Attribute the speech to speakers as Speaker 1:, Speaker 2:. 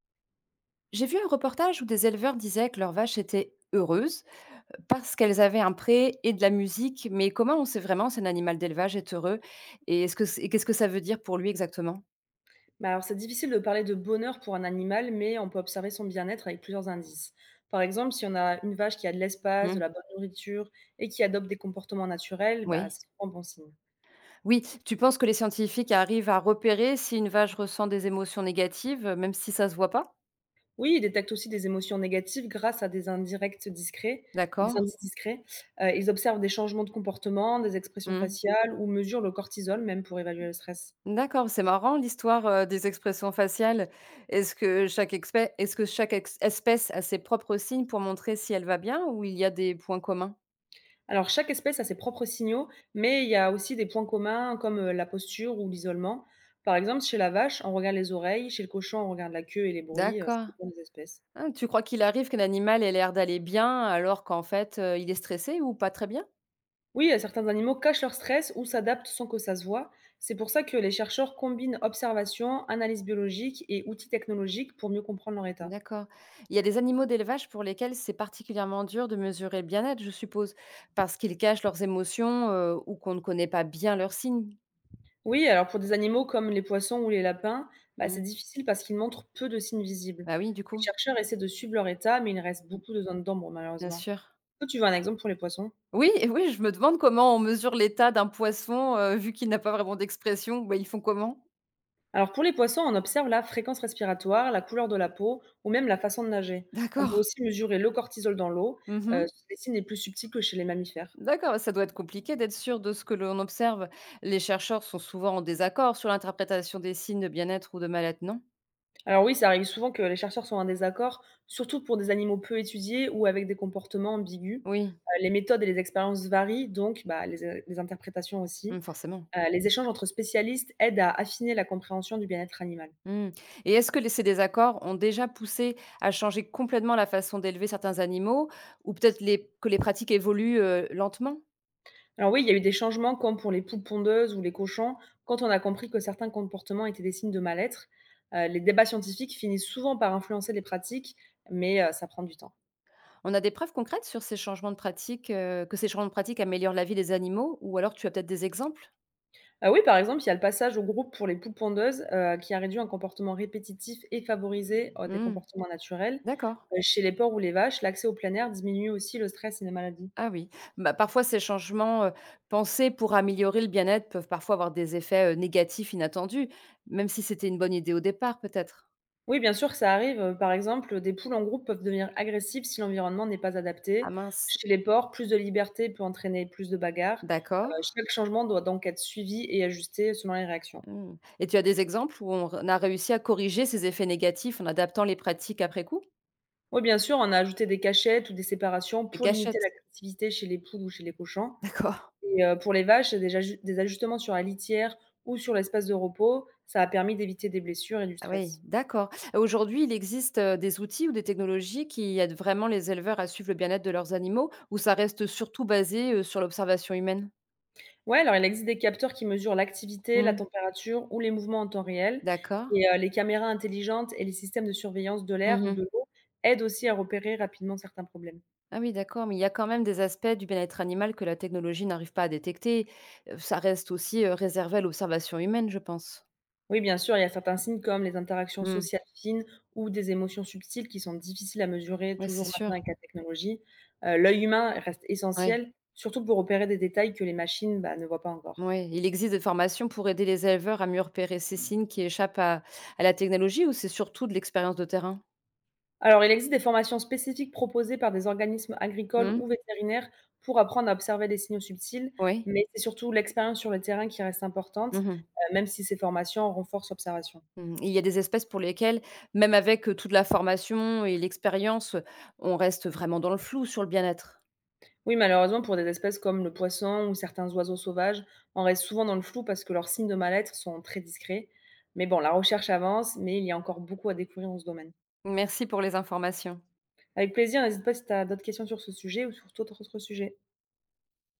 Speaker 1: J'ai vu un reportage où des éleveurs disaient que leurs vaches étaient heureuses parce qu'elles avaient un pré et de la musique. Mais comment on sait vraiment si un animal d'élevage est heureux et et qu'est-ce que ça veut dire pour lui exactement?
Speaker 2: Bah, alors, c'est difficile de parler de bonheur pour un animal, mais on peut observer son bien-être avec plusieurs indices. Par exemple, si on a une vache qui a de l'espace, de
Speaker 1: Hmm.
Speaker 2: la bonne nourriture et qui adopte des comportements naturels, bah,
Speaker 1: Oui.
Speaker 2: c'est souvent bon signe.
Speaker 1: Oui, tu penses que les scientifiques arrivent à repérer si une vache ressent des émotions négatives, même si ça se voit pas?
Speaker 2: Oui, il détecte aussi des émotions négatives grâce à des indirects discrets. Des
Speaker 1: D'accord.
Speaker 2: indices discrets. Ils observent des changements de comportement, des expressions
Speaker 1: Hmm.
Speaker 2: faciales ou mesurent le cortisol même pour évaluer le stress.
Speaker 1: D'accord, c'est marrant l'histoire des expressions faciales. Est-ce que chaque espèce a ses propres signes pour montrer si elle va bien, ou il y a des points communs?
Speaker 2: Alors, chaque espèce a ses propres signaux, mais il y a aussi des points communs comme la posture ou l'isolement. Par exemple, chez la vache, on regarde les oreilles, chez le cochon, on regarde la queue et les bruits, ça
Speaker 1: D'accord.
Speaker 2: dépend des espèces.
Speaker 1: Ah, tu crois qu'il arrive qu'un animal ait l'air d'aller bien alors qu'en fait, il est stressé ou pas très bien?
Speaker 2: Oui, certains animaux cachent leur stress ou s'adaptent sans que ça se voit. C'est pour ça que les chercheurs combinent observation, analyse biologique et outils technologiques pour mieux comprendre leur état.
Speaker 1: D'accord. Il y a des animaux d'élevage pour lesquels c'est particulièrement dur de mesurer le bien-être, je suppose, parce qu'ils cachent leurs émotions, ou qu'on ne connaît pas bien leurs signes.
Speaker 2: Oui, alors pour des animaux comme les poissons ou les lapins, bah,
Speaker 1: Mmh.
Speaker 2: c'est difficile parce qu'ils montrent peu de signes visibles.
Speaker 1: Bah oui, du
Speaker 2: Les
Speaker 1: coup.
Speaker 2: chercheurs essaient de suivre leur état, mais il reste
Speaker 1: Mmh.
Speaker 2: beaucoup de zones d'ombre
Speaker 1: Bien
Speaker 2: malheureusement.
Speaker 1: sûr.
Speaker 2: Toi, tu veux un exemple pour les poissons?
Speaker 1: Oui, et oui, je me demande comment on mesure l'état d'un poisson, vu qu'il n'a pas vraiment d'expression. Bah, ils font comment?
Speaker 2: Alors pour les poissons, on observe la fréquence respiratoire, la couleur de la peau ou même la façon de nager. On peut
Speaker 1: D'accord.
Speaker 2: aussi mesurer le cortisol dans l'eau.
Speaker 1: Mmh.
Speaker 2: Ce signe est plus subtil que chez les mammifères.
Speaker 1: D'accord, bah, ça doit être compliqué d'être sûr de ce que l'on observe. Les chercheurs sont souvent en désaccord sur l'interprétation des signes de bien-être ou de mal-être, non?
Speaker 2: Alors oui, ça arrive souvent que les chercheurs soient en désaccord, surtout pour des animaux peu étudiés ou avec des comportements ambigus.
Speaker 1: Oui,
Speaker 2: Les méthodes et les expériences varient, donc bah, les interprétations aussi.
Speaker 1: mm, forcément.
Speaker 2: Les échanges entre spécialistes aident à affiner la compréhension du bien-être animal.
Speaker 1: Mm. Et est-ce que ces désaccords ont déjà poussé à changer complètement la façon d'élever certains animaux, ou peut-être que les pratiques évoluent lentement?
Speaker 2: Alors oui, il y a eu des changements comme pour les poules pondeuses ou les cochons, quand on a compris que certains comportements étaient des signes de mal-être. Les débats scientifiques finissent souvent par influencer les pratiques, mais ça prend du temps.
Speaker 1: On a des preuves concrètes sur ces changements de pratiques, que ces changements de pratiques améliorent la vie des animaux, ou alors tu as peut-être des exemples?
Speaker 2: Oui, par exemple, il y a le passage au groupe pour les poules pondeuses qui a réduit un comportement répétitif et favorisé des
Speaker 1: Mm.
Speaker 2: comportements naturels.
Speaker 1: D'accord.
Speaker 2: Chez les porcs ou les vaches, l'accès au plein air diminue aussi le stress et les maladies.
Speaker 1: Ah oui, bah, parfois ces changements, pensés pour améliorer le bien-être peuvent parfois avoir des effets, négatifs inattendus, même si c'était une bonne idée au départ peut-être?
Speaker 2: Oui, bien sûr, ça arrive. Par exemple, des poules en groupe peuvent devenir agressives si l'environnement n'est pas
Speaker 1: Ah
Speaker 2: adapté.
Speaker 1: mince,
Speaker 2: Chez les porcs, plus de liberté peut entraîner plus de bagarres.
Speaker 1: d'accord.
Speaker 2: Chaque changement doit donc être suivi et ajusté selon les réactions.
Speaker 1: Mmh, et tu as des exemples où on a réussi à corriger ces effets négatifs en adaptant les pratiques après coup?
Speaker 2: Oui, bien sûr, on a ajouté des cachettes ou des séparations
Speaker 1: Des
Speaker 2: pour limiter
Speaker 1: cachettes?
Speaker 2: l'agressivité chez les poules ou chez les cochons
Speaker 1: D'accord.
Speaker 2: et pour les vaches, des ajustements sur la litière ou sur l'espace de repos, ça a permis d'éviter des blessures et du
Speaker 1: Ah oui,
Speaker 2: stress.
Speaker 1: d'accord. Aujourd'hui, il existe, des outils ou des technologies qui aident vraiment les éleveurs à suivre le bien-être de leurs animaux, ou ça reste surtout basé, sur l'observation humaine?
Speaker 2: Ouais, alors il existe des capteurs qui mesurent l'activité, la
Speaker 1: Mmh,
Speaker 2: température ou les mouvements en temps réel.
Speaker 1: d'accord.
Speaker 2: Et les caméras intelligentes et les systèmes de surveillance de l'air ou
Speaker 1: Mmh.
Speaker 2: de l'eau aident aussi à repérer rapidement certains problèmes.
Speaker 1: Ah oui, d'accord, mais il y a quand même des aspects du bien-être animal que la technologie n'arrive pas à détecter. Ça reste aussi réservé à l'observation humaine, je pense.
Speaker 2: Oui, bien sûr, il y a certains signes comme les interactions
Speaker 1: Hmm.
Speaker 2: sociales fines ou des émotions subtiles qui sont difficiles à mesurer
Speaker 1: Oui, c'est
Speaker 2: toujours maintenant
Speaker 1: sûr.
Speaker 2: avec la technologie. L'œil humain reste
Speaker 1: Ouais.
Speaker 2: essentiel, surtout pour repérer des détails que les machines bah, ne voient pas encore.
Speaker 1: Ouais, il existe des formations pour aider les éleveurs à mieux repérer ces signes qui échappent à la technologie, ou c'est surtout de l'expérience de terrain?
Speaker 2: Alors, il existe des formations spécifiques proposées par des organismes agricoles ou
Speaker 1: Hmm.
Speaker 2: vétérinaires pour apprendre à observer des signaux subtils,
Speaker 1: Oui.
Speaker 2: mais c'est surtout l'expérience sur le terrain qui reste importante,
Speaker 1: Mhm.
Speaker 2: même si ces formations renforcent l'observation.
Speaker 1: Mhm. Il y a des espèces pour lesquelles, même avec toute la formation et l'expérience, on reste vraiment dans le flou sur le bien-être.
Speaker 2: Oui, malheureusement, pour des espèces comme le poisson ou certains oiseaux sauvages, on reste souvent dans le flou parce que leurs signes de mal-être sont très discrets. Mais bon, la recherche avance, mais il y a encore beaucoup à découvrir dans ce domaine.
Speaker 1: Merci pour les informations.
Speaker 2: Avec plaisir, n'hésite pas si tu as d'autres questions sur ce sujet ou sur tout autre sujet.